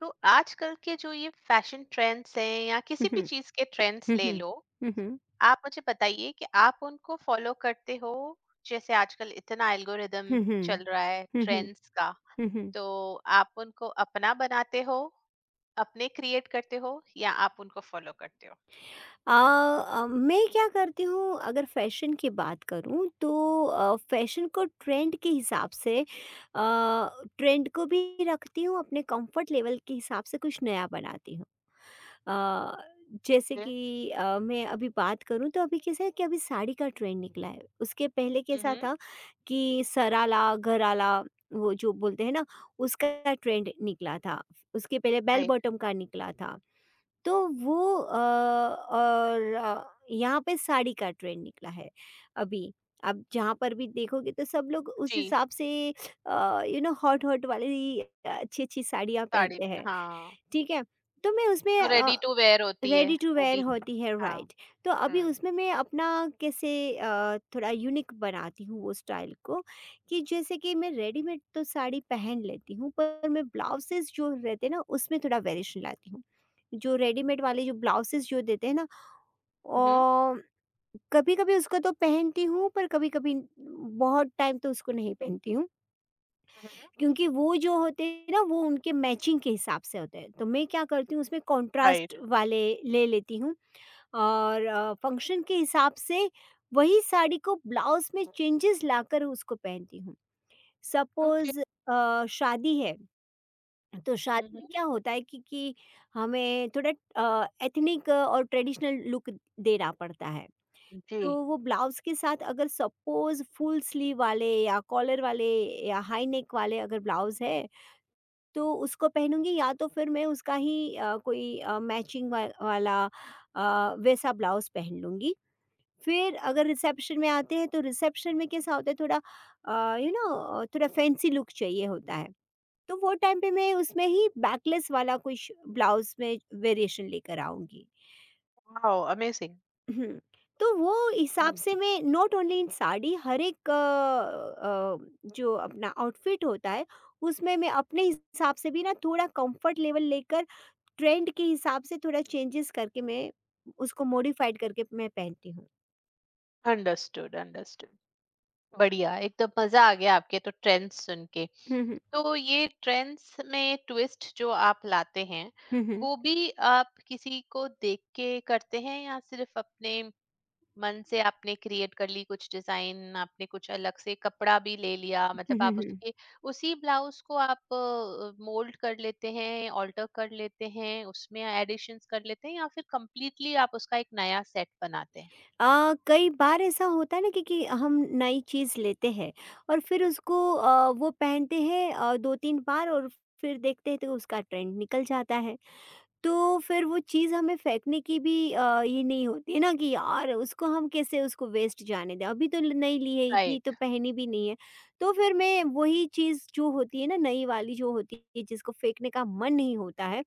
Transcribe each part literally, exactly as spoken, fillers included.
तो आजकल के जो ये फैशन ट्रेंड्स हैं या 哼 किसी भी 哼，चीज के ट्रेंड्स 哼 ले 哼，लो। 哼哼，आप मुझे बताइए कि आप उनको फॉलो करते हो। जैसे आजकल इतना एल्गोरिदम 哼哼，चल रहा है 哼哼，ट्रेंड्स का। 哼哼。तो आप उनको अपना बनाते हो, अपने क्रिएट करते हो या आप उनको फॉलो करते हो? अ अ, मैं क्या करती हूँ अगर फैशन की बात करूँ तो अ, फैशन को ट्रेंड के हिसाब से अ, ट्रेंड को भी रखती हूँ अपने कंफर्ट लेवल के हिसाब से कुछ नया बनाती हूँ। अ, जैसे कि अ, मैं अभी बात करूँ तो अभी कैसा है कि अभी साड़ी का ट्रेंड निकला है। उसके पहले कैसा हम्म। था कि सरारा, घरारा वो जो बोलते हैं ना उसका ट्रेंड निकला था। उसके पहले बेल राइट। बॉटम का निकला था। तो वो अ, और अ, यहाँ पे साड़ी का ट्रेंड निकला है अभी। आप जहाँ पर भी देखोगे तो सब लोग उस जी। हिसाब से uh, you know hot hot वाली अच्छी-अच्छी साड़ियाँ साड़ी पहनते पर, हैं, हाँ। ठीक है? तो मैं उसमें तो अ रेडी टू वेयर होती है रेडी टू वो वेयर भी। होती है हाँ। राइट। तो अभी हम्म। उसमें मैं अपना कैसे अ, थोड़ा यूनिक बनाती हूँ वो स्टाइल को कि जैसे कि मैं रेडीमेड तो साड़ी पहन लेती हूँ पर मैं ब्लाउजेस जो रहते हैं ना उसमें थोड़ा वेरिएशन लाती हूँ जो रेडीमेड वाले जो ब्लाउजेस जो देते हैं ना। हम्म। और कभी कभी उसको तो पहनती हूँ पर कभी कभी बहुत टाइम तो उसको नहीं पहनती हूँ क्योंकि वो जो होते हैं ना वो उनके मैचिंग के हिसाब से होते हैं तो मैं क्या करती हूँ उसमें कॉन्ट्रास्ट राइट। वाले ले लेती हूँ और अ, फंक्शन के हिसाब से वही साड़ी को ब्लाउज में चेंजेस लाकर उसको पहनती हूँ। ओके। सपोज़ अ, शादी है, तो शादी हम्म। में क्या होता है कि कि हमें थोड़ा अ, एथनिक और ट्रेडिशनल लुक देना पड़ता है। जी। तो वो ब्लाउज़ के साथ अगर सपोज़ फुल स्लीव वाले या कॉलर वाले या हाई नेक वाले अगर ब्लाउज़ है, तो उसको पहनूँगी या तो फिर मैं उसका ही अ, कोई अ, मैचिंग वा वाला अ, वैसा ब्लाउज़ पहन लूँगी। फिर अगर रिसेप्शन में आते हैं तो रिसेप्शन में कैसा होता है थोड़ा यू नो थोड़ा फैंसी लुक चाहिए होता है तो वो टाइम पे मैं उसमें ही बैकलेस वाला कुछ ब्लाउज में वेरिएशन लेकर आऊंगी। Wow, amazing! हम्म, तो वो हिसाब से मैं नॉट ओनली इन साड़ी हर एक अ, अ, जो अपना आउटफिट होता है उसमें मैं अपने हिसाब से भी ना थोड़ा कंफर्ट लेवल लेकर ट्रेंड के हिसाब से थोड़ा चेंजेस करके मैं उसको मॉडिफाइड करके मैं पहनती हूँ। Understood, understood. बढ़िया, एकदम मजा आ गया आपके तो ट्रेंड्स सुन के। हम्म तो ये ट्रेंड्स में ट्विस्ट जो आप लाते हैं, हम्म हम्म वो भी आप किसी को देख के करते हैं या सिर्फ अपने मन से आपने क्रिएट कर ली कुछ डिजाइन, आपने कुछ अलग से कपड़ा भी ले लिया, हम्म मतलब हम्म आप हम्म। उसके उसी ब्लाउज को आप मोल्ड कर लेते हैं, ऑल्टर कर लेते हैं, उसमें एडिशंस कर लेते हैं या फिर कंप्लीटली आप उसका एक नया सेट बनाते हैं? अ, कई बार ऐसा होता है ना कि, कि हम नई चीज़ लेते हैं और फिर उसको अ, वो पहनते हैं अ, दो तीन बार और फिर देखते हैं तो उसका ट्रेंड निकल जाता है। तो फिर वो चीज़ हमें फेंकने की भी अ, ये नहीं होती है ना कि यार उसको हम कैसे उसको वेस्ट जाने दें, अभी तो ल नहीं ली है, इतनी तो राइट। पहनी भी नहीं है। तो फिर मैं वही चीज़ जो होती है ना नई वाली जो होती है जिसको फेंकने का मन नहीं होता है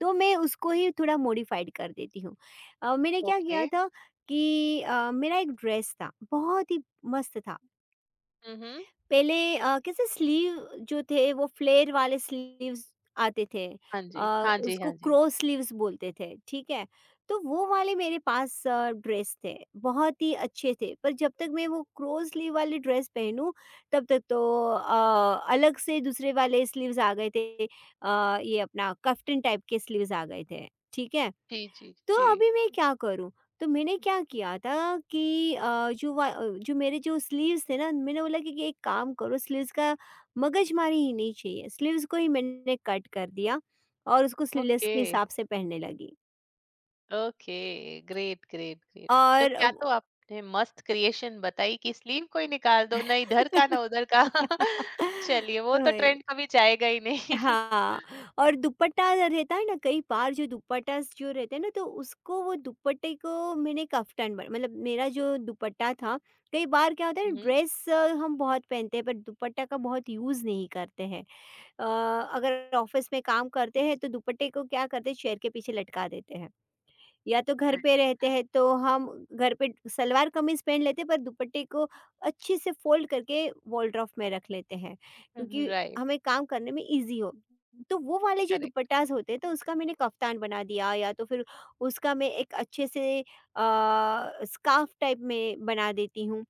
तो मैं उसको ही थोड़ा मॉडिफाइड कर देती हूँ। अ, मैंने क्या ओके। किया था कि अ, मेरा एक ड्रेस था, बहुत ही मस्त था। पहले अ, कैसे स्लीव जो थे वो फ्लेयर वाले स्लीव्स आते थे। हाँ अ, जी, हाँ जी, उसको हाँ जी। क्रो स्लीव्स बोलते थे, ठीक है। तो वो वाले मेरे पास अ, ड्रेस थे बहुत ही अच्छे थे, पर जब तक मैं वो क्रो स्लीव वाली ड्रेस पहनूं तब तक तो अ, अलग से दूसरे वाले स्लीव्स आ गए थे। अ, ये अपना कफ्टन टाइप के स्लीव्स आ गए थे, ठीक है। जी, जी, तो जी। अभी मैं क्या करूँ? तो मैंने क्या किया था कि अ, जो वा अ, जो मेरे जो स्लीव्स थे ना, मैंने बोला कि कि एक काम करो स्लीव्स का मगजमारी ही नहीं चाहिए। स्लीव्स को ही मैंने कट कर दिया और उसको स्लीवलेस ओके, के हिसाब से पहनने लगी। ओके। Great, great, great. तो और क्या, तो आपने मस्त क्रिएशन बताई कि स्लीव कोई निकाल दो, ना इधर का अ, ना उधर का। चलिए वो तो वही। ट्रेंड कभी जाएगा ही नहीं। हाँ, और दुपट्टा रहता है ना कई बार जो दुपट्टास जो रहते हैं ना तो उसको वो दुपट्टे को मैंने कफ्तान बन मतलब मेरा जो दुपट्टा था, कई बार क्या होता है हुँ, ना हुँ। ड्रेस अ, हम बहुत पहनते हैं पर दुपट्टा का बहुत यूज़ नहीं करते हैं। अ, अगर ऑफिस में काम करते हैं तो दुपट्टे को क्या करते हैं चेयर के पीछे लटका देते हैं। या तो घर पे रहते हैं तो हम घर पे सलवार कमीज पहन लेते हैं पर दुपट्टे को अच्छे से फोल्ड करके वॉलड्रॉफ में रख लेते हैं हुँ, क्योंकि राइट। हमें काम करने में इजी हो। तो वो वाले जो करेक्ट। दुपट्टास होते हैं तो उसका मैंने कफ्तान बना दिया या तो फिर उसका मैं एक अच्छे से स्कार्फ टाइप में बना देती हूँ।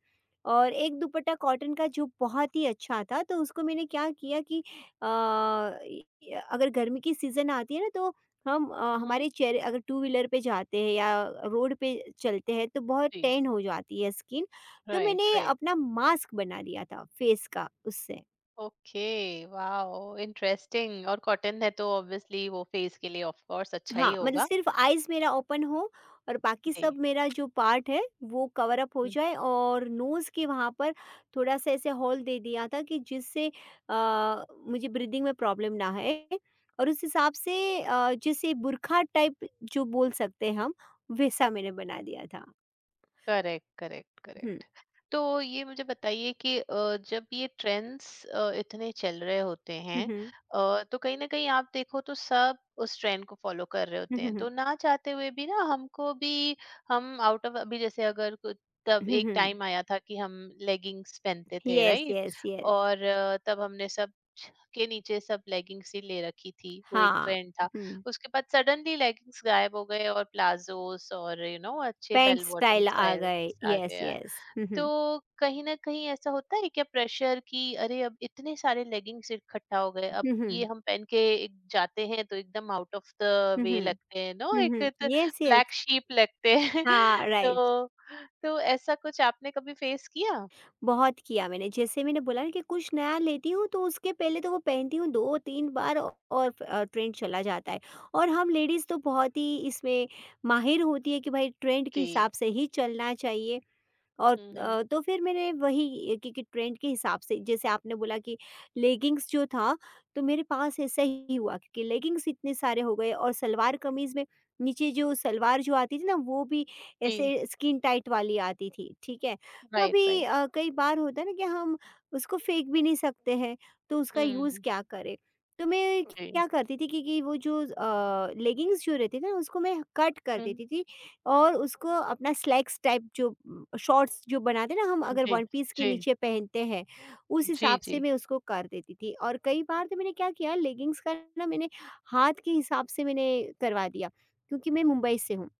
और एक दुपट्टा कॉटन का जो बहुत ही अच्छा था तो उसको मैंने क्या किया कि अ, अगर गर्मी की सीज़न आती है ना तो हम अ, हुँ, हमारे चेहरे अगर टू व्हीलर पे जाते हैं या रोड पे चलते हैं तो बहुत जी। टैन हो जाती है स्किन। तो राइट, मैंने राइट। अपना मास्क बना लिया था फेस का उससे। Okay, wow! इंटरेस्टिंग। और कॉटन है तो ऑब्वियसली वो फेस के लिए ऑफ कोर्स अच्छा ही हाँ, मतलब होगा। सिर्फ आईज मेरा ओपन हो और बाकी जी। सब मेरा जो पार्ट है वो कवर अप हो हुँ। जाए। और नोज़ के वहाँ पर थोड़ा सा ऐसे होल दे दिया था कि जिससे अ, मुझे ब्रीदिंग में प्रॉब्लम ना है। और उस हिसाब से अ, जैसे बुरखा टाइप जो बोल सकते हैं हम, वैसा मैंने बना दिया था। Correct, correct, hmm. करेक्ट। तो ये मुझे बताइए कि अ, जब ये ट्रेंड्स इतने चल रहे होते हैं, अ, तो कहीं ना कहीं आप देखो तो सब उस ट्रेंड को फॉलो कर रहे हुँ, होते हुँ, हैं हुँ। तो ना चाहते हुए भी ना हमको भी। हम आउट ऑफ अभी जैसे अगर कुछ- तब हुँ, एक हुँ। टाइम आया था कि हम लेगिंग्स पहनते थे, येस, राइट? Yes, yes. और अ, तब हमने सब के नीचे सब लेगिंग्स ही ले रखी थी, वो एक हाँ। ट्रेंड था। हुँ। उसके बाद सडनली लेगिंग्स गायब हो गए और प्लाजोस और यू you नो know, अच्छे पैंट बेल बॉटम स्टाइल आ गए। स्टाइल्स आ येस, गया। येस। हुँ, हुँ। तो कहीं ना कहीं ऐसा होता है क्या प्रेशर कि अरे अब इतने सारे लेगिंग्स इकट्ठा हो गए, अब हुँ, ये हुँ। हम पहन के एक जाते हैं तो एकदम out of the hmm, way हुँ। लगते हैं, नो, हुँ, एक हुँ। Yes, yes. ब्लैक शीप लगते हैं। हाँ, राइट। तो तो ऐसा कुछ आपने कभी फेस किया? बहुत किया मैंने। जैसे मैंने बोला ना कि कुछ नया लेती हूँ तो उसके पहले तो वो पहनती हूँ दो तीन बार औ- और फ अ, ट्रेंड चला जाता है। और हम लेडीज़ तो बहुत ही इसमें माहिर होती है कि भाई ट्रेंड के हिसाब जी। से ही चलना चाहिए। और हम्म, अ, हम्म। तो फिर मैंने वही, क्योंकि ट्रेंड के हिसाब से जैसे आपने बोला कि लेगिंग्स जो था तो मेरे पास ऐसा ही हुआ क्योंकि लेगिंग्स इतने सारे हो गए और सलवार कमीज में नीचे जो सलवार जो आती थी ना वो भी जी। ऐसे स्किन टाइट वाली आती थी, ठीक है। तो राइट, अभी राइट। अ, कई बार होता है ना कि हम उसको फेंक भी नहीं सकते हैं तो उसका यूज़ हम्म। क्या करें। तो मैं जी। क्या करती थी कि, कि वो जो लेगिंग्स जो रहती थी ना उसको मैं कट कर हम्म। देती थी और उसको अपना स्लैक्स टाइप जो शॉर्ट्स जो बनाते ना हम अगर जी। वन पीस के जी। नीचे पहनते हैं, उस जी, हिसाब से जी। मैं उसको कर देती थी। और कई बार तो मैंने क्या किया लेगिंग्स का ना मैंने हाथ के हिसाब से मैंने करवा दिया, क्योंकि मैं मुंबई से हूँ।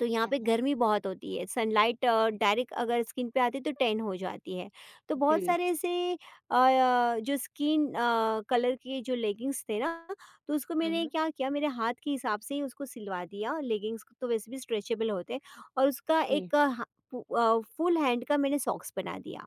तो यहाँ पे गर्मी बहुत होती है। सनलाइट अ, डायरेक्ट अगर स्किन पे आती है तो टैन हो जाती है। तो बहुत है। सारे ऐसे अ, जो स्किन अ, कलर के जो लेगिंग्स थे ना तो उसको हुँ, मैंने हुँ। क्या किया मेरे हाथ के हिसाब से ही उसको सिलवा दिया। लेगिंग्स तो वैसे भी स्ट्रेचेबल होते हैं और उसका जी। एक अ, हा- फु- अ, फुल हैंड का मैंने सॉक्स बना दिया।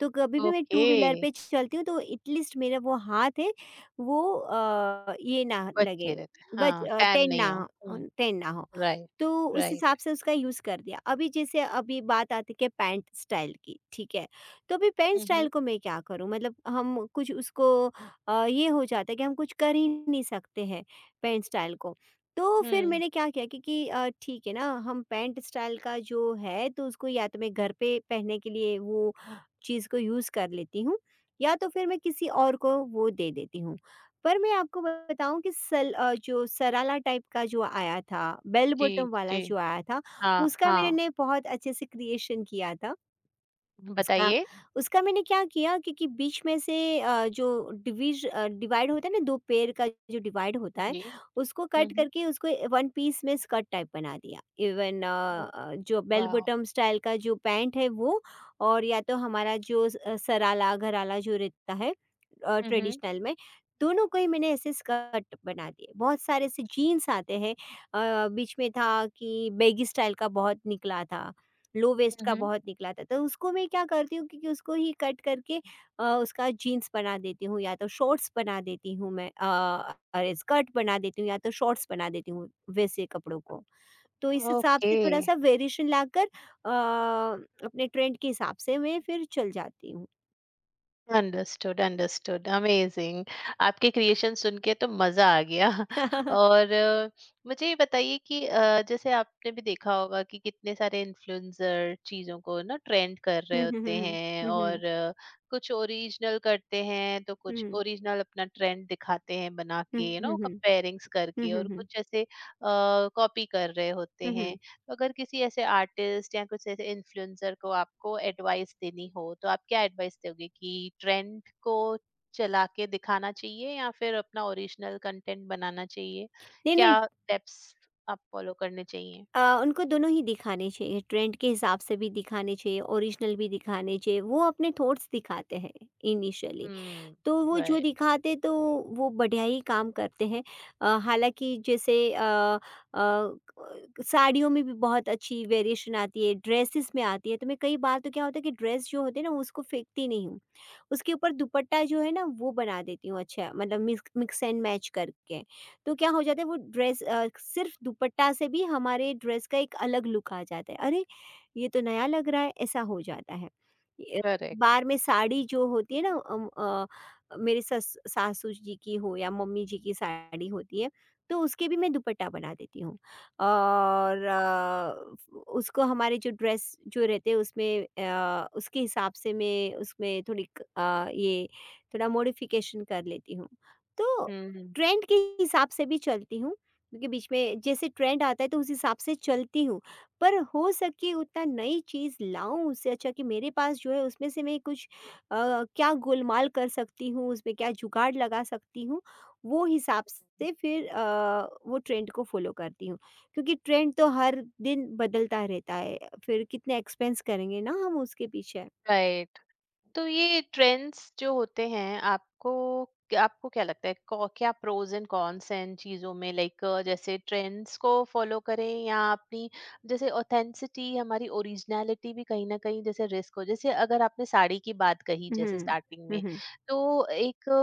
तो कभी भी मैं ओके। टू व्हीलर पे चलती हूँ तो एटलीस्ट मेरा वो हाथ है वो अ, ये ना बच्चे लगे, रहते हैं। बच हाँ, टैन टेन ना नहीं हो। हो, हुँ, टेन ना हो। राइट, तो उस हिसाब राइट। से उसका यूज़ कर दिया। अभी जैसे अभी बात आती है पैंट स्टाइल की, ठीक है। तो अभी पैंट हुँ, स्टाइल हुँ, को मैं क्या करूँ मतलब हम कुछ उसको अ, ये हो जाता है कि हम कुछ कर ही नहीं सकते हैं पैंट स्टाइल को। तो फिर हुँ। मैंने क्या किया क्योंकि अ, ठीक है ना, हम पैंट स्टाइल का जो है तो उसको या तो मैं घर पे पहनने के लिए वो चीज़ को यूज़ कर लेती हूँ या तो फिर मैं किसी और को वो दे देती हूँ। पर मैं आपको बताऊँ कि सल अ, जो सरारा टाइप का जो आया था, बेल जी, बॉटम वाला जी। जो आया था, हाँ, उसका हाँ। मैंने बहुत अच्छे से क्रिएशन किया था। उसका बताइए? उसका मैंने क्या किया क्योंकि बीच में से अ, जो डिवीज अ, डिवाइड होता है ना, दो पेड़ का जो डिवाइड होता है, जी। उसको हुँ, कट हुँ। करके उसको वन पीस में स्कर्ट टाइप बना दिया। इवन अ ओह, अ, जो बेल वॉव! बॉटम स्टाइल का जो पैंट है वो। और या तो हमारा जो स अ, सरारा, घरारा जो रहता है अ, हुँ, हुँ। ट्रेडिशनल में, दोनों को ही मैंने ऐसे स्कर्ट बना दिए। बहुत सारे ऐसे जीन्स आते हैं। अ, बीच में था कि बैगी स्टाइल का बहुत निकला था। लो वेस्ट हुँ, का हुँ। बहुत निकला था तो उसको मैं क्या करती हूँ क्योंकि उसको ही कट करके अ, उसका जीन्स बना देती हूँ या तो शॉर्ट्स बना देती हूँ मैं, अ, अरे स्कर्ट बना देती हूँ या तो शॉर्ट्स बना देती हूँ वैसे कपड़ों को। तो इस हिसाब ओके। से थोड़ा सा वेरिएशन लाकर अ, अपने ट्रेंड के हिसाब से मैं फिर चल जाती हूँ। Understood, understood, amazing. आपके क्रिएशन सुन के तो मज़ा आ गया। और अ, मुझे ये बताइए कि अ, जैसे आपने भी देखा होगा कि कितने सारे इन्फ्लुएंसर चीज़ों को ना ट्रेंड कर रहे हम्म, होते हम्म, हैं हम्म, और अ, कुछ ओरिजिनल करते हैं, तो कुछ हम्म, ओरिजिनल अपना ट्रेंड दिखाते हैं बना हम्म, के, यू हम्म, नो हम्म, कंपेयरिंग्स करके, हम्म, और हम्म, हम्म, कुछ ऐसे अ, कॉपी कर रहे होते हम्म, हम्म। हैं। तो अगर किसी ऐसे आर्टिस्ट या कुछ ऐसे इन्फ्लुएंसर को आपको एडवाइस देनी हो तो आप क्या एडवाइस दोगे कि ट्रेंड को चला के दिखाना चाहिए या फिर अपना ओरिजिनल कंटेंट बनाना चाहिए, नहीं नहीं, क्या स्टेप्स आप फॉलो करने चाहिए? अ, उनको दोनों ही दिखाने चाहिए, ट्रेंड के हिसाब से भी दिखाने चाहिए, ओरिजिनल भी दिखाने चाहिए, वो अपने थॉट्स दिखाते हैं इनिशियली। हम्म। तो वो जो राइट। दिखाते तो वो बढ़िया ही काम करते हैं। अ, हालाँकि जैसे अ अ, साड़ियों में भी बहुत अच्छी वेरिएशन आती है, ड्रेसेस में आती है, तो मैं कई बार तो क्या होता है कि ड्रेस जो होते हैं ना उसको फेंकती नहीं हूँ। उसके ऊपर दुपट्टा जो है ना वो बना देती हूँ, अच्छा मतलब मिक्स मिक्स एंड मैच करके। तो क्या हो जाता है वो ड्रेस अ, सिर्फ़ दुपट्टा से भी हमारे ड्रेस का एक अलग लुक आ जाता है। अरे! ये तो नया लग रहा है, ऐसा हो जाता है। य करेक्ट। बार में साड़ी जो होती है ना अम अ मेरे सस सासू जी की हो या मम्मी जी की साड़ी होती है, तो उसके भी मैं दुपट्टा बना देती हूँ। और अ, उसको हमारे जो ड्रेस जो रहते हैं उसमें अ, उसके हिसाब से मैं उसमें थोड़ी क- अ, ये थोड़ा मॉडिफिकेशन कर लेती हूँ। तो हम्म। ट्रेंड के हिसाब से भी चलती हूँ, क्योंकि बीच में जैसे ट्रेंड आता है तो उस हिसाब से चलती हूँ। पर हो सके उतना नई चीज़ लाऊं उससे अच्छा कि मेरे पास जो है उसमें से मैं कुछ अ, क्या गोलमाल कर सकती हूँ, उसमें क्या जुगाड़ लगा सकती हूँ, वो हिसाब से फिर अ, वो ट्रेंड को फ़ॉलो करती हूँ। क्योंकि ट्रेंड तो हर दिन बदलता रहता है, फिर कितने एक्सपेंस करेंगे ना हम उसके पीछे। राइट। तो ये ट्रेंड्स जो होते हैं, आपको आपको क्या लगता है कौ- क्या प्रोज एंड कॉन्स हैं इन चीजों में, लाइक जैसे ट्रेंड्स को फॉलो करें या अपनी जैसे ऑथेंसिटी, हमारी ओरिजिनलिटी भी कहीं ना कहीं जैसे रिस्क हो, जैसे अगर आपने साड़ी की बात कही हुँ। जैसे स्टार्टिंग हुँ, में, हुँ। तो एक अ,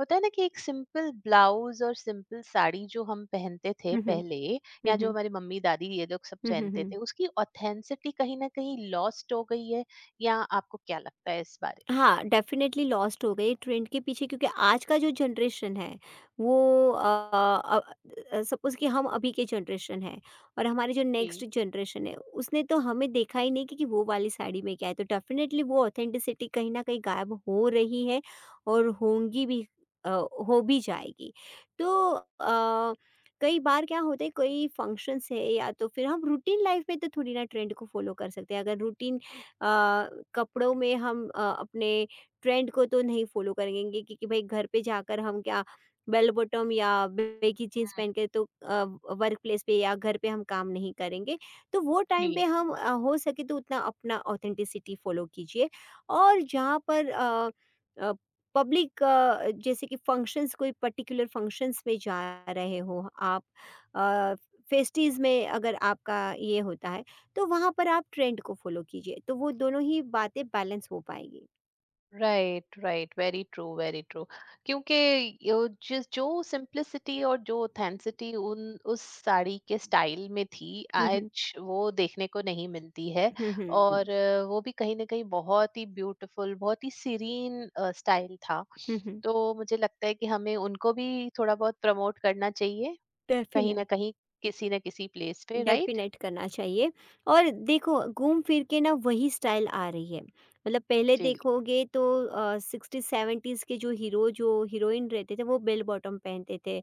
होता है ना कि एक सिंपल ब्लाउज और सिंपल साड़ी जो हम पहनते थे हुँ, हुँ। पहले, हुँ, या जो हुँ। हमारी मम्मी दादी ये लोग सब हुँ, हुँ, पहनते हुँ। थे, उसकी ऑथेंसिटी कहीं ना कहीं लॉस्ट हो गई है, या आपको क्या लगता है इस बारे? हाँ, डेफ़िनेटली लॉस्ट हो गए ट्रेंड के पीछे, क्योंकि आज का जो जनरेशन है वो अ अ अ, सपोज़ कि हम अभी के जनरेशन हैं और हमारे जो जी, नेक्स्ट जनरेशन है, उसने तो हमें देखा ही नहीं कि, कि वो वाली साड़ी में क्या है। तो डेफ़िनेटली वो ऑथेंटिसिटी कहीं न कहीं गायब हो रही है और होंगी भी, अ, हो भी जाएगी। तो अ, कई बार क्या होता है, कोई फंक्शंस है या तो फिर हम रूटीन लाइफ़ में तो थोड़ी ना ट्रेंड को फ़ॉलो कर सकते हैं। अगर रूटीन अ, कपड़ों में हम अ, अपने ट्रेंड को तो नहीं फ़ॉलो करेंगे कि, कि भाई घर पे जाकर हम क्या बेल बॉटम या बेगी जीन्स पहन के तो अ, वर्क प्लेस पे या घर पे हम काम नहीं करेंगे। तो वो टाइम पे जी। हम अ, हो सके तो उतना अपना ऑथेंटिसिटी फ़ॉलो कीजिए। और जहाँ पर अ अ, पब्लिक अ, जैसे कि फंक्शंस कोई पर्टिकुलर फंक्शंस में जा रहे हो आप अ, फेस्टिवज़ में अगर आपका ये होता है, तो वहाँ पर आप ट्रेंड को फॉलो कीजिए, तो वो दोनों ही बातें बैलेंस हो पाएगी। Right, right, very true, very true. क्योंकि यो जिस जो सिंप्लिसिटी और जो ऑथेंसिटी उन उस साड़ी के स्टाइल में थी, हुँ, हुँ। आज वो देखने को नहीं मिलती है। हुँ, हुँ। और अ, वो भी कहीं न कहीं बहुत ही ब्यूटीफुल, बहुत ही सीरीन अ, स्टाइल था। हुँ, हुँ। तो मुझे लगता है कि हमें उनको भी थोड़ा बहुत प्रमोट करना चाहिए, कहीं न डेफिनेट कहीं, किसी न किसी प्लेस पे, राइट? डेफ़िनेट करना चाहिए। और देखो घूम फिर के ना वही स्टाइल आ रही है। मतलब पहले जी, देखोगे तो अ, सिक्सटी-सेवेंटीज़ के जो हीरो जो हीरोइन रहते थे वो बेल बॉटम पहनते थे।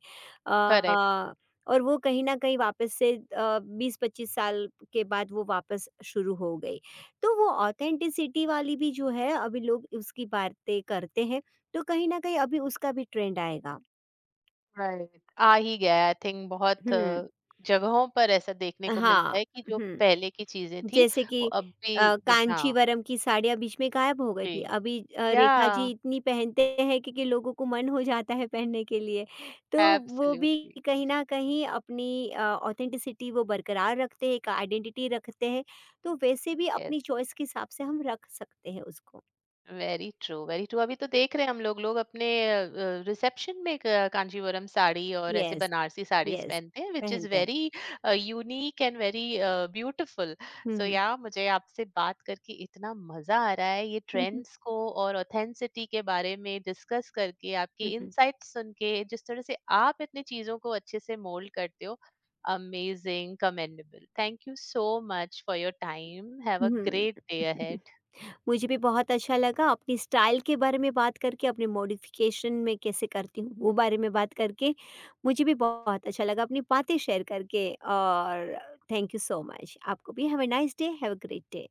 करेक्ट। अ, और वो कहीं न कहीं वापस से अ, बीस पच्चीस साल के बाद वो वापस शुरू हो गई। तो वो ऑथेंटिसिटी वाली भी जो है अभी लोग उसकी बातें करते हैं, तो कहीं न कहीं अभी उसका भी ट्रेंड आएगा। राइट, आ ही गया है आई थिंक। बहुत हुँ। अ, जगहों पर ऐसा देखने को मिलता हाँ। है कि जो हुँ। पहले की चीज़ें थी जैसे वो कि अब भी अ, दे, हाँ। कांचीवरम की साड़ियाँ बीच में गायब हो गई जी। थी। अभी अ, या। रेखा जी इतनी पहनते हैं कि कि लोगों को मन हो जाता है पहनने के लिए। तो वो भी एब्सोल्युटली। कहीं न कहीं अपनी अ, ऑथेंटिसिटी वो बरकरार रखते हैं, एक आइडेंटिटी रखते हैं। तो वैसे भी यस। अपनी चॉइस के हिसाब से हम रख सकते हैं उसको। Very true, very true. अभी तो देख रहे हैं हम लोग, लोग अपने रिसेप्शन में क- कांजीवरम साड़ी और ऐसे यस, बनारसी साड़ीज यस, पहनते हैं, विच इज पहनते हैं। Very unique and very beautiful. So hmm, या मुझे आपसे बात करके इतना मजा आ रहा है ये हुँ। ट्रेंड्स को और ऑथेंसिटी के बारे में डिस्कस करके, आपके इनसाइट सुन के, जिस तरह से आप इतनी चीजों को अच्छे से मोल्ड करते हो, amazing, commendable. Thank you so much for your time. Have a great day hmm. Ahead. मुझे भी बहुत अच्छा लगा अपनी स्टाइल के बारे में बात करके, अपने मॉडिफ़िकेशन में कैसे करती हूँ, वो बारे में बात करके। मुझे भी बहुत अच्छा लगा अपनी बातें शेयर करके और थैंक यू सो मच। आपको भी have a nice day, have a great day.